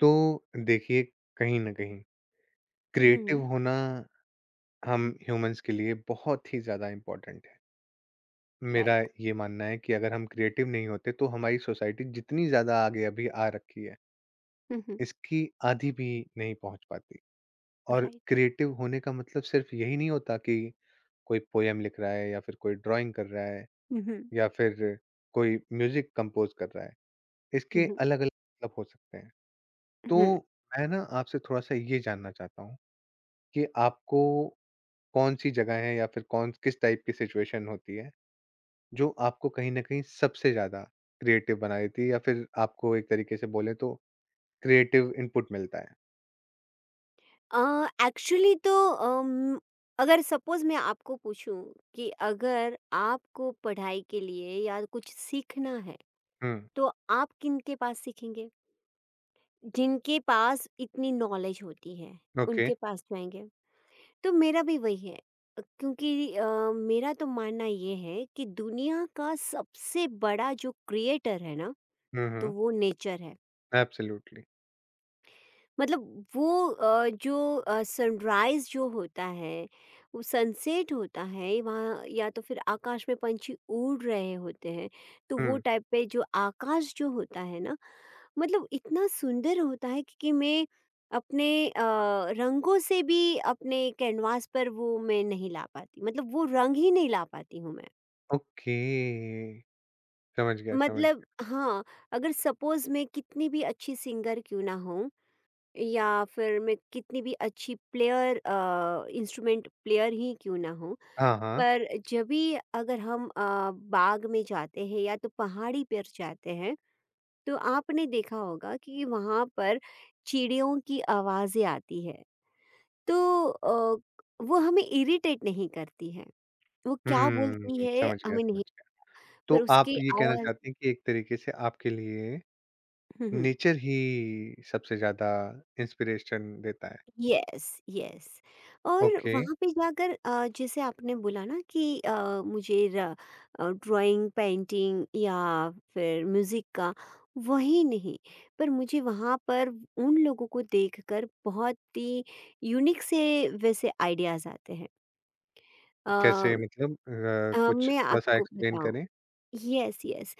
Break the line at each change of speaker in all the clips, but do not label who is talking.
तो देखिए, कहीं न कहीं क्रिएटिव
हुँ,
होना हम ह्यूमंस के लिए बहुत ही ज़्यादा इम्पोर्टेंट है। मेरा
राइट।
ये मानना है कि अगर हम क्रिएटिव नहीं होते तो हमारी सोसाइटी जितनी ज़्यादा आगे अभी आ रखी है,
हुँ, हुँ,
इसकी आधी भी नहीं पहुँच पाती। और
राइट।
क्रिएटिव होने का मतलब सिर्फ़ यही नहीं होता कि कोई पोएम लिख रहा है या फिर कोई ड्राइंग कर रहा है
हुँ, हुँ।
या फिर कोई म्यूज़िक कंपोज़ कर रहा है।
हुँ,
इसके
हुँ,
अलग-अलग मतलब हो सकते हैं। तो
हुँ।
मैं ना आपसे थोड़ा-सा ये जानना चाहता हूँ कि आपको कौन-सी जगह है या फिर कौन किस टाइप की सिचुएशन होती है, जो आपको कहीं न कहीं सबसे ज़्यादा क्रिएटिव बना देती है या फिर आपको एक तरीके से बोलें तो क्रिएटिव इनपुट मिलता है?
एक्चुअली तो अगर सपोज़ मैं आपको पूछूँ कि अगर आपको पढ़ाई के लिए या कुछ सीखना है,
हुँ,
तो आप किनके पास सीखेंगे? जिनके पास इतनी नॉलेज होती है,
ओके।
उनके पास जाएँगे। तो मेरा भी वही है, क्योंकि मेरा तो मानना ये है कि दुनिया का सबसे बड़ा जो क्रिएटर है ना,
हुँ,
तो
हुँ।
वो नेचर है।
एब्सोल्युटली।
मतलब वो जो सनराइज़ जो होता है, वो सनसेट होता है, वहाँ या तो फिर आकाश में पंछी उड़ रहे होते हैं, तो
हुँ,
वो टाइप पे जो आकाश जो होता है ना, मतलब इतना सुंदर होता है कि मैं अपने रंगों से भी अपने कैनवास पर वो मैं नहीं ला पाती, मतलब वो रंग ही नहीं ला पाती हूँ मैं।
ओके। समझ गया, समझ
मतलब
गया।
हाँ, अगर सपोज़ मैं कितनी भी अच्छी सिंगर क्यों ना हूँ या फिर मैं कितनी भी अच्छी प्लेयर इंस्ट्रूमेंट प्लेयर ही क्यों ना हूँ,
हाँ, हाँ।
पर जब भी अगर हम बाग में जाते हैं या तो पहाड़ी पर जाते हैं तो आपने देखा होगा कि वहाँ पर चिड़ियों की आवाज़ें आती है, तो वो हमें इरिटेट नहीं करती है। वो क्या बोलती
हुँ,
है
समझ गया,
हमें
समझ
नहीं,
गया। तो
पर
आप
उसकी
ये कहना
आवाज़।
चाहते हैं कि एक तरीके से आपके लिए नेचर ही सबसे ज़्यादा इंस्पिरेशन देता है।
Yes yes. और
ओके,
वहाँ पे जाकर, जैसे आपने बोला ना कि मुझे ड्राइंग पेंटिंग या फिर म्यूजिक का वही नहीं, पर मुझे वहाँ पर उन लोगों को देखकर बहुत ही यूनिक से वैसे आइडियाज आते हैं। अ,
कैसे मतलब कुछ
मैं
थोड़ा-सा
आपको
एक्सप्लेन
बताऊं,
करें?
यस यस,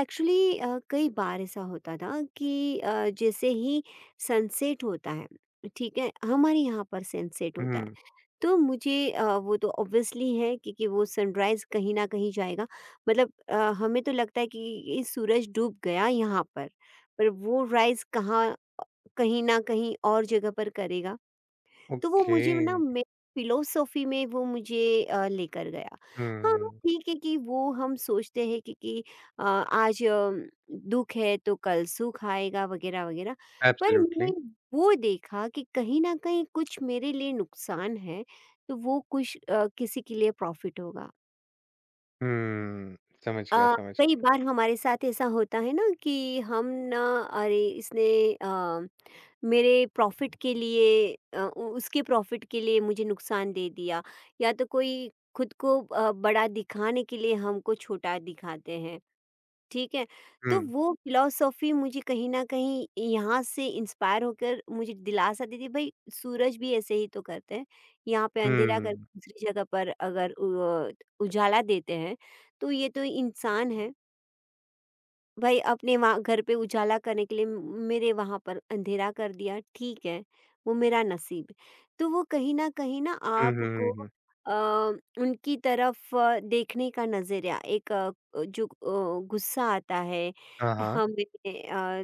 एक्चुअली कई बार ऐसा होता था कि जैसे ही सनसेट होता है। ठीक है, हमारे यहाँ पर सनसेट होता है,
हुँ,
तो मुझे वो तो ऑब्वियसली है, क्योंकि वो सनराइज़ कहीं न कहीं जाएगा। मतलब हमें तो लगता है कि ये सूरज डूब गया यहाँ पर वो राइज़ कहाँ कहीं न कहीं और जगह पर करेगा। तो वो
ओके।
मुझे ना मेरी फिलोसॉफी में वो मुझे लेकर गया। हाँ,
हुँ,
ठीक है कि वो हम सोचते हैं कि आज दुःख है तो कल सुख आएगा वगैरह-वगैरह। पर
एब्सोल्युटली।
मैंने वो देखा कि कहीं न कहीं कुछ मेरे लिए नुकसान है, तो वो कुछ किसी के लिए प्रॉफ़िट होगा।
हुँ, समझ गया, समझ
कई
गया।
बार हमारे साथ ऐसा होता है ना कि हम ना, अरे इसने अ मेरे प्रॉफ़िट के लिए, अ, उ उसके प्रॉफ़िट के लिए मुझे नुकसान दे दिया, या तो कोई खुद को बड़ा दिखाने के लिए हमको छोटा दिखाते हैं, ठीक है?
हुँ,
तो वो फ़िलॉसफ़ी मुझे कहीं न कहीं यहाँ से इंस्पायर होकर मुझे दिलासा देती है, भई सूरज भी ऐसे ही तो करते हैं। यहाँ पे अंधेरा करके
हुँ।
दूसरी जगह पर अगर अ, उजाला देते हैं, तो ये तो इंसान है। भाई अपने वहाँ घर पे उजाला करने के लिए मेरे वहाँ पर अंधेरा कर दिया, ठीक है, वो मेरा नसीब है। तो वो कहीं ना
हुँ, हुँ,
आपको
हुँ, हुँ।
अ, उनकी तरफ देखने का नज़रिया एक जो गुस्सा आता है
हाँ, हाँ।
हमें,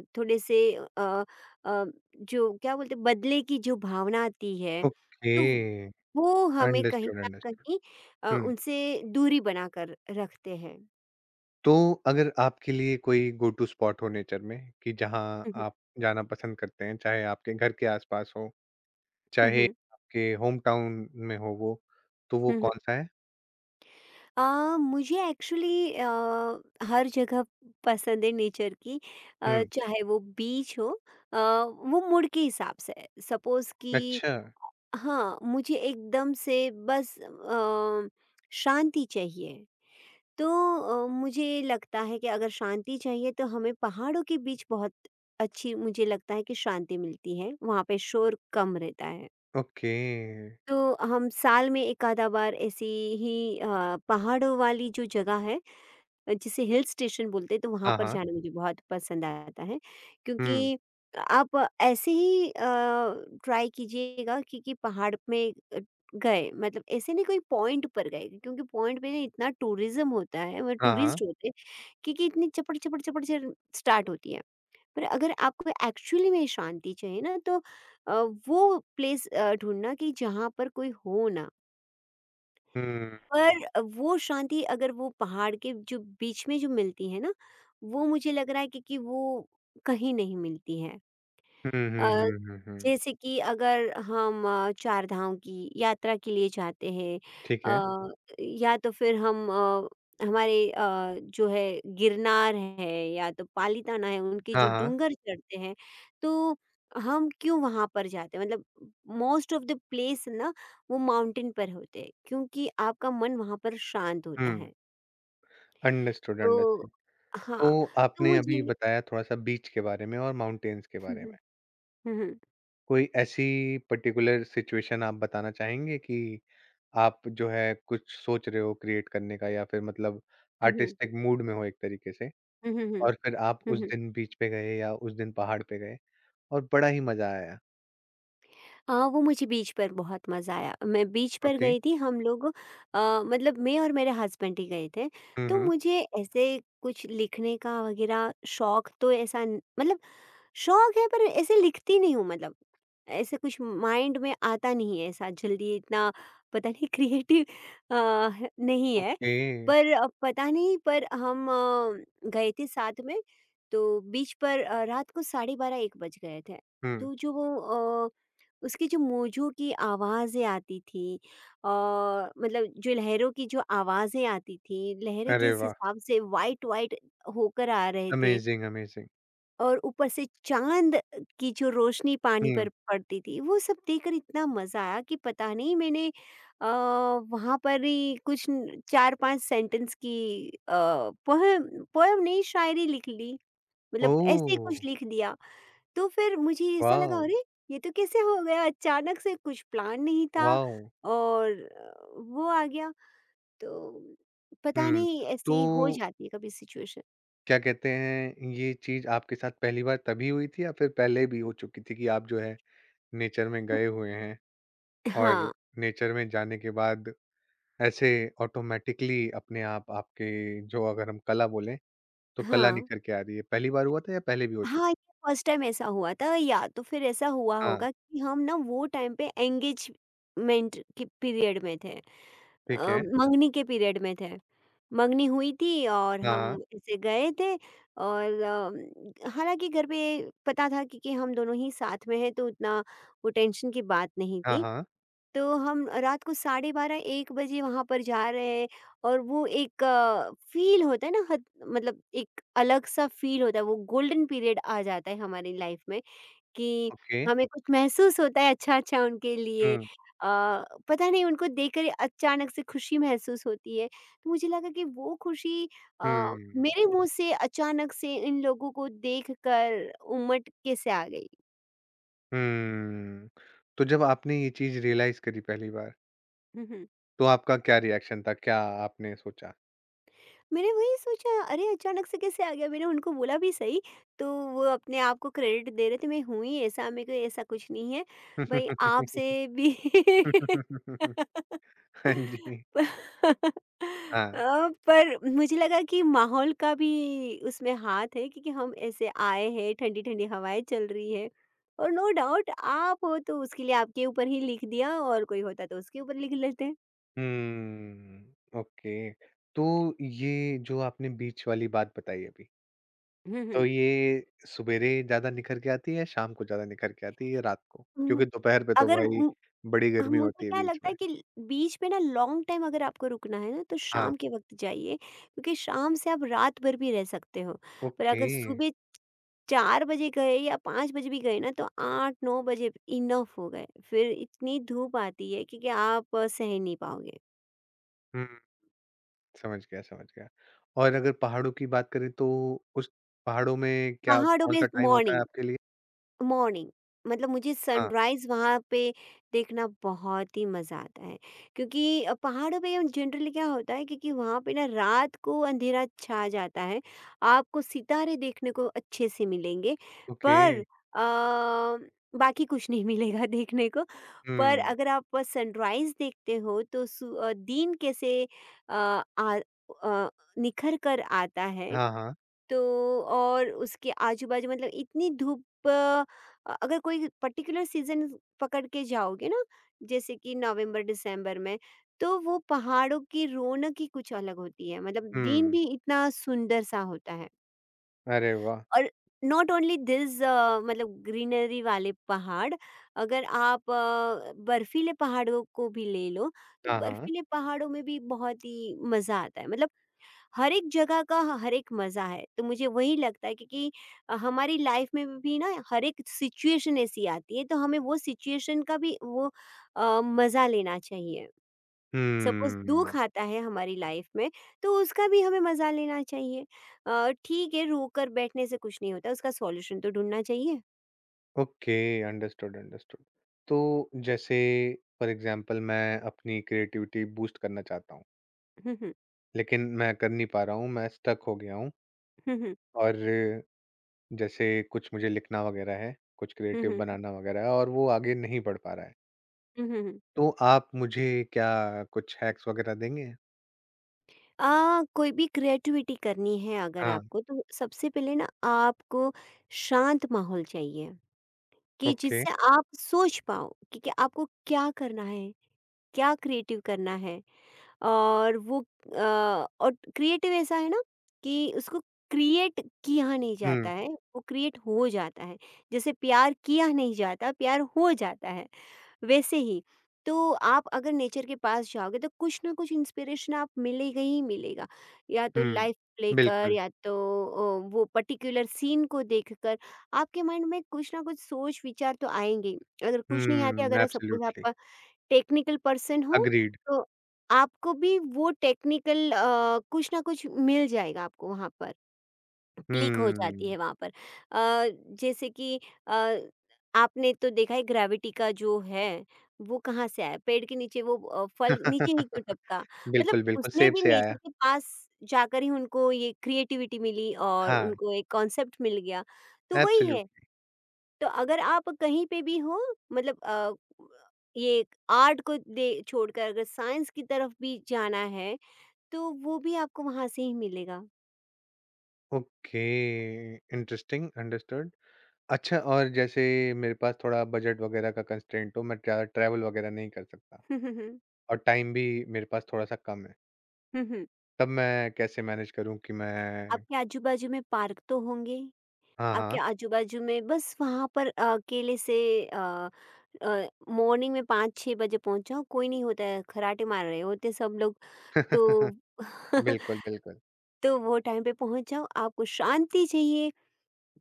अ, थोड़े से अ, अ, जो क्या बोलते, बदले की जो भावना आती है,
ओके,
तो वो हमें कहीं
अंडरस्टूड,
ना
अंडरस्टूड।
कहीं
हुँ,
उनसे दूरी बनाकर रखते हैं।
तो अगर आपके लिए कोई गो टू स्पॉट हो नेचर में कि जहाँ
हम्म
आप जाना पसंद करते हैं, चाहे आपके घर के आस-पास हो,
हम्म
चाहे
हम्म
आपके होम टाउन में हो वो, तो वो
हम्म।
कौन-सा है?
मुझे एक्चुअली हर जगह पसंद है नेचर की,
हुँ,
चाहे वो बीच हो, अ, वो मूड के हिसाब से है। सपोज़ कि
अच्छा,
हाँ, मुझे एकदम से बस शांति चाहिए, तो मुझे लगता है कि अगर शांति चाहिए तो हमें पहाड़ों के बीच बहुत अच्छी, मुझे लगता है कि शांति मिलती है, वहाँ पे शोर कम रहता है।
ओके।
तो हम साल में एक आधा बार ऐसी ही पहाड़ों वाली जो जगह है, जिसे हिल स्टेशन बोलते हैं, तो वहाँ
हाँ,
पर
हाँ।
जाना मुझे बहुत पसंद आता है,
हुँ,
क्योंकि आप ऐसे ही ट्राई कीजिएगा कि पहाड़ में गए मतलब ऐसे नहीं कोई पॉइंट पर गए, क्योंकि पॉइंट पे ना इतना टूरिज्म होता है मतलब
हाँ, हाँ।
टूरिस्ट होते हैं कि इतनी चपड़ चपड़ चपड़ चपड़ स्टार्ट होती है। पर अगर आपको एक्चुअली में शांति चाहिए ना तो अ, वो प्लेस ढूंढना कि जहाँ पर कोई हो ना,
हुँ।
पर वो शांति अगर वो पहाड़ के जो बीच में जो मिलती है ना, वो मुझे लग रहा है कि वो कहीं नहीं मिलती है।
हुँ, हुँ,
अ,
हुँ, हुँ, हुँ।
जैसे कि अगर हम चार धाम की यात्रा के लिए जाते हैं,
ठीक है।
अ, या तो फिर हमारे जो है गिरनार है या तो पालीताना है, उनके
हाँ,
जो
हाँ।
डूंगर चढ़ते हैं, तो हम क्यों वहां पर जाते हैं मतलब मोस्ट ऑफ द प्लेस ना वो माउंटेन पर होते हैं, क्योंकि आपका मन वहां पर शांत होता
हुँ।
है।
अंडरस्टूड,
तो
अंडरस्टूड। तो
हाँ, तो
आपने अभी
मुझे
बताया थोड़ा-सा बीच के बारे में और माउंटेन्स के
हम्म
बारे में।
हम्म हम्म
कोई ऐसी पर्टिकुलर सिचुएशन आप बताना चाहेंगे कि आप जो है कुछ सोच रहे हो क्रिएट करने का या फिर मतलब
हम्म
आर्टिस्टिक मूड में हो एक तरीके से
हम्म हम्म हम्म
और फिर आप उस
हम्म हम्म।
दिन बीच पे गए या उस दिन पहाड़ पे गए और बड़ा ही मज़ा आया?
हाँ, वो मुझे बीच पर बहुत मज़ा आया। मैं बीच पर
ओके।
गई थी, हम लोग, मतलब मैं और मेरे हस्बैंड ही गए थे।
हुँ,
तो
हुँ।
मुझे ऐसे कुछ लिखने का वग़ैरह शौक, तो ऐसा न, मतलब शौक है पर ऐसे लिखती नहीं हूँ, मतलब। ऐसे कुछ माइंड में आता नहीं है ऐसा जल्दी इतना, पता नहीं, क्रिएटिव अ, ह नहीं है।
ओके।
पर पता नहीं, पर हम गए थे साथ में, तो बीच पर रात को साढ़े 12 1 बज गए थे।
हुँ।
तो जो वो, उसकी जो मोजों की आवाज़ें आती थी, और मतलब जो लहरों की जो आवाज़ें आती थी, लहरें
अरे
जिस
वाह!
हिसाब से वाइट-वाइट होकर आ रहे थे,
अमेज़िंग, अमेज़िंग।
और ऊपर से चाँद की जो रोशनी पानी
हुँ।
पर पड़ती थी, वो सब देखकर इतना मज़ा आया कि पता नहीं मैंने वहाँ पर ही कुछ 4-5 सेंटेंस की अ, पोएम, पोएम नहीं शायरी लिख ली। मतलब ऐसे ही
ओह!
कुछ लिख दिया। तो फिर मुझे ऐसा लगा,
वॉव!
अरे! ये तो कैसे हो गया? अचानक से कुछ प्लान नहीं था,
वॉव!
और वो आ गया। तो पता
हुँ।
नहीं ऐसी हो
तो
जाती है कभी सिचुएशन।
क्या कहते हैं, ये चीज़ आपके साथ पहली बार तभी हुई थी या फिर पहले भी हो चुकी थी कि आप जो है नेचर में
उ
गए हुए हैं और
हाँ,
नेचर में जाने के बाद ऐसे ऑटोमैटिकली अपने आप आपके जो अगर हम कला बोलें, तो कला
हाँ।
निखर के आ रही है। पहली बार हुआ था या पहले भी हो
हाँ,
चुका?
ये फर्स्ट टाइम ऐसा हुआ था, या तो फिर ऐसा हुआ
हाँ,
होगा कि हम ना वो टाइम पे एंगेजमेंट के पीरियड में थे।
ठीक है।
मंगनी के पीरियड में थे। मंगनी हुई थी और
हाँ,
हम ऐसे गए थे, और हालाँकि घर पे पता था, क्योंकि हम दोनों ही साथ में हैं, तो उतना वो टेंशन की बात नहीं
हाँ,
थी।
हाँ,
तो हम रात को साढ़े 12 1 बजे वहाँ पर जा रहे हैं, और वो एक फ़ील होता है ना हद, मतलब एक अलग-सा फ़ील होता है, वो गोल्डन पीरियड आ जाता है हमारी लाइफ़ में। कि
ओके।
हमें कुछ महसूस होता है अच्छा-अच्छा उनके लिए।
हुँ,
पता नहीं उनको देखकर अचानक से खुशी महसूस होती है। तो मुझे लगा कि वो खुशी
हुँ,
मेरे मुँह से अचानक से इन लोगों को देखकर उमट के से आ गई।
हुँ। तो जब आपने ये चीज़ रियलाइज़ करी पहली बार, तो आपका क्या रिएक्शन था? क्या आपने सोचा?
मैंने वही सोचा, अरे, अचानक से कैसे आ गया, मैंने उनको बोला भी सही, तो वो अपने आप को क्रेडिट दे रहे थे, मैं हूँ ही ऐसा, मेरे को ऐसा कुछ नहीं है, भाई आपसे भी।
हाँ जी, हाँ।
पर मुझे लगा कि माहौल का भी उसमें हाथ है, क्योंकि हम ऐसे आए हैं, ठंडी ठंडी हवाएं चल रही है, और नो डाउट आप हो तो उसके लिए आपके ऊपर ही लिख दिया, और कोई होता तो उसके ऊपर लिख लेते।
हुँ, ओके। तो ये जो आपने बीच वाली बात बताई अभी,
हम्म
तो
हम्म
ये सुबेरे ज़्यादा निखर के आती है या शाम को ज़्यादा निखर के आती है या रात को?
हम्म,
क्योंकि दोपहर पे तो
अगर
भाई बड़ी गर्मी
मुझे
होती है
क्या
बीच
लगता
में।
है कि ल बीच में ना लॉन्ग टाइम अगर आपको रुकना है ना तो
हाँ,
शाम के वक़्त जाइए, क्योंकि शाम से आप रात भर भी रह सकते हो। पर
ओके।
अगर सुबह 4 बजे गए या 5 बजे भी गए ना तो 8-9 बजे इनफ हो गए। फिर इतनी धूप आती है कि आप सह नहीं पाओगे।
हुँ, समझ गया, समझ गया। और अगर पहाड़ों की बात करें तो उस पहाड़ों में क्या
पहाड़ों
कौन-सा
में
टाइम होता है
मॉर्निंग,
आपके लिए?
मॉर्निंग मतलब मुझे
हाँ,
सनराइज वहाँ पे देखना बहुत ही मज़ा आता है। क्योंकि पहाड़ों पे जनरली क्या होता है, क्योंकि वहाँ पे ना रात को अंधेरा छा जाता है, आपको सितारे देखने को अच्छे से मिलेंगे,
ओके।
पर बाकी कुछ नहीं मिलेगा देखने को, पर
हुँ,
अगर आप सनराइज देखते हो तो दिन कैसे अ, आ, अ, निखर कर आता है।
हाँ, हाँ।
तो और उसके आजू-बाजू, मतलब इतनी धूप, अगर कोई पर्टिकुलर सीज़न पकड़ के जाओगे ना, जैसे कि नवंबर, दिसंबर में, तो वो पहाड़ों की रौनक ही कुछ अलग होती है। मतलब दिन
हुँ,
भी इतना सुंदर सा होता है,
अरे वाह!
और नॉट ओनली दिस, मतलब ग्रीनरी वाले पहाड़, अगर आप बर्फीले पहाड़ों को भी ले लो, तो
हाँ, हाँ।
बर्फीले पहाड़ों में भी बहुत ही मज़ा आता है। मतलब हर एक जगह का हर एक मज़ा है। तो मुझे वही लगता है, क्योंकि हमारी लाइफ में भी ना हर एक सिचुएशन ऐसी आती है, तो हमें वो सिचुएशन का भी वो मज़ा लेना चाहिए। सपोज़
हम्म,
दुःख आता है हमारी लाइफ में, तो उसका भी हमें मज़ा लेना चाहिए। ठीक है, रोकर बैठने से कुछ नहीं होता, उसका सॉल्यूशन तो ढूँढना चाहिए।
ओके। Understood, understood. तो जैसे फॉर एग्जांपल मैं अपनी क्रिएटिविटी बूस्ट करना चाहता हूँ,
हुँ, हुँ।
लेकिन मैं कर नहीं पा रहा हूँ। मैं स्टक हो गया हूँ।
हुँ, हुँ।
और जैसे कुछ मुझे लिखना वगैरह है, कुछ
हुँ,
क्रिएटिव
हुँ।
बनाना वगैरह है और वो आगे नहीं बढ़ पा रहा है,
हुँ, हुँ, हुँ।
तो आप मुझे क्या कुछ हैक्स वगैरह देंगे?
कोई भी क्रिएटिविटी करनी है अगर
हाँ।
आपको तो सबसे पहले ना आपको शांत माहौल चाहिए। कि
ओके।
जिससे आप सोच पाओ कि आपको क्या करना है, क्या क्रिएटिव करना है। और वो क्रिएटिव ऐसा है ना कि उसको क्रिएट किया नहीं
हम्म।
जाता है, वो क्रिएट हो जाता है। जैसे प्यार किया नहीं जाता, प्यार हो जाता है। वैसे ही, तो आप अगर नेचर के पास जाओगे तो कुछ ना कुछ इंस्पिरेशन आप मिलेगा ही मिलेगा, या तो लाइफ
हम्म,
लेकर
बिल्कुल।
या तो वो पर्टिकुलर सीन को देखकर आपके माइंड में कुछ ना कुछ सोच विचार तो आएंगे ही। अगर कुछ नहीं आते,
हम्म,
अगर सपोज
एब्सोल्युटली।
आप टेक्निकल पर्सन हो
अग्रीड।
तो आपको भी वो टेक्निकल कुछ ना कुछ मिल जाएगा, आपको वहाँ पर क्लिक हो जाती
हम्म।
है वहाँ पर। अ, जैसे कि अ, आपने तो देखा है ग्रेविटी का जो है, वो कहाँ से आया? पेड़ के नीचे वो फल नीचे ही क्यों टपका? मतलब
बिल्कुल, बिल्कुल,
उसने
सेब
भी
से
नेचर
आया।
के पास जाकर ही उनको ये क्रिएटिविटी मिली और
हाँ।
उनको एक कॉन्सेप्ट मिल गया, तो वही है।
एब्सोल्यूट।
तो अगर आप कहीं पे भी हो, मतलब ये आर्ट को दे छोड़कर अगर साइंस की तरफ भी जाना है, तो वो भी आपको वहाँ से ही मिलेगा।
ओके। इंटरेस्टिंग। अंडरस्टूड। अच्छा, और जैसे मेरे पास थोड़ा बजट वगैरह का कंस्ट्रेंट हो, मैं ज़्यादा ट्रैवल वगैरह नहीं कर सकता
हुँ, हुँ, हुँ।
और टाइम भी मेरे पास थोड़ा सा कम है,
हुँ, हुँ।
तब मैं कैसे मैनेज करूं कि मैं।
आपके आजू-बाजू में पार्क तो होंगे?
हाँ, हाँ।
आपके आजू-बाजू में बस वहाँ पर अकेले से, अ मॉर्निंग में 5-6 बजे पहुँच जाओ, कोई नहीं होता है, खर्राटे मार रहे होते हैं सब लोग। तो
बिल्कुल, बिल्कुल।
तो वो टाइम पे पहुँच जाओ, आपको शांति चाहिए,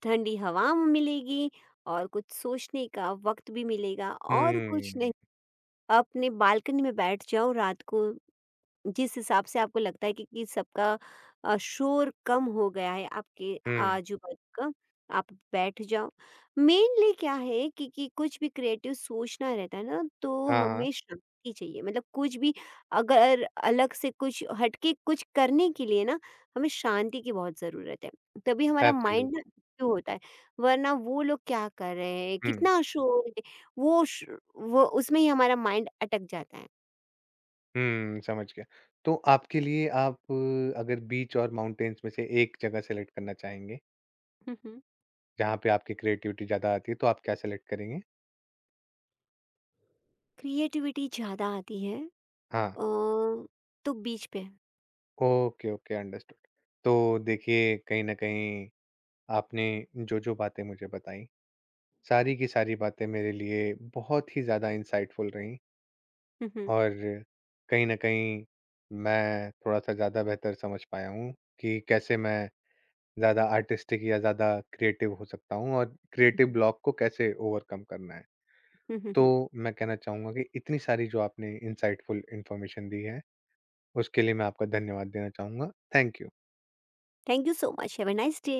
ठंडी हवा मिलेगी और कुछ सोचने का वक़्त भी मिलेगा, और कुछ नहीं,
हम्म,
अपने बालकनी में बैठ जाओ रात को जिस हिसाब से आपको लगता है कि सबका शोर कम हो गया है आपके
हम्म।
आजू-बाजू का, आप बैठ जाओ। मेनली क्या है कि कुछ भी क्रिएटिव सोचना रहता है ना तो
हाँ, हाँ।
हमें शांति चाहिए, मतलब कुछ भी अगर अलग से कुछ हट के कुछ करने के लिए ना हमें शांति की बहुत ज़रूरत है। तभी हमारा माइंड ना
एब्सोल्युटली।
एक्टिव होता है, वरना वो लोग क्या कर रहे हैं,
हम्म,
कितना शोर है, वो श वो उसमें ही हमारा माइंड अटक जाता
हम्म, समझ गया। तो आपके लिए, आप अगर बीच और माउंटेन्स में से एक जगह सेलेक्ट करना चाहेंगे
है।
जहाँ पे आपकी क्रिएटिविटी ज़्यादा आती है, तो आप क्या सेलेक्ट करेंगे?
क्रिएटिविटी ज़्यादा आती है,
हाँ।
अ, तो बीच पे।
Okay, okay, understood. तो देखिए, कहीं न कहीं आपने जो-जो बातें मुझे बताईं, सारी की सारी बातें मेरे लिए बहुत ही ज़्यादा इंसाइटफुल रहीं और कहीं न कहीं मैं थोड़ा-सा ज़्यादा बेहतर समझ पाया हूँ कि कैसे मैं ज़्यादा आर्टिस्टिक या ज़्यादा क्रिएटिव हो सकता हूँ और क्रिएटिव ब्लॉक को कैसे ओवरकम करना है। तो मैं कहना चाहूँगा कि इतनी सारी जो आपने इंसाइटफुल इन्फॉर्मेशन दी है, उसके लिए मैं आपका धन्यवाद देना चाहूँगा। Thank you.
Thank you so much, have a nice day.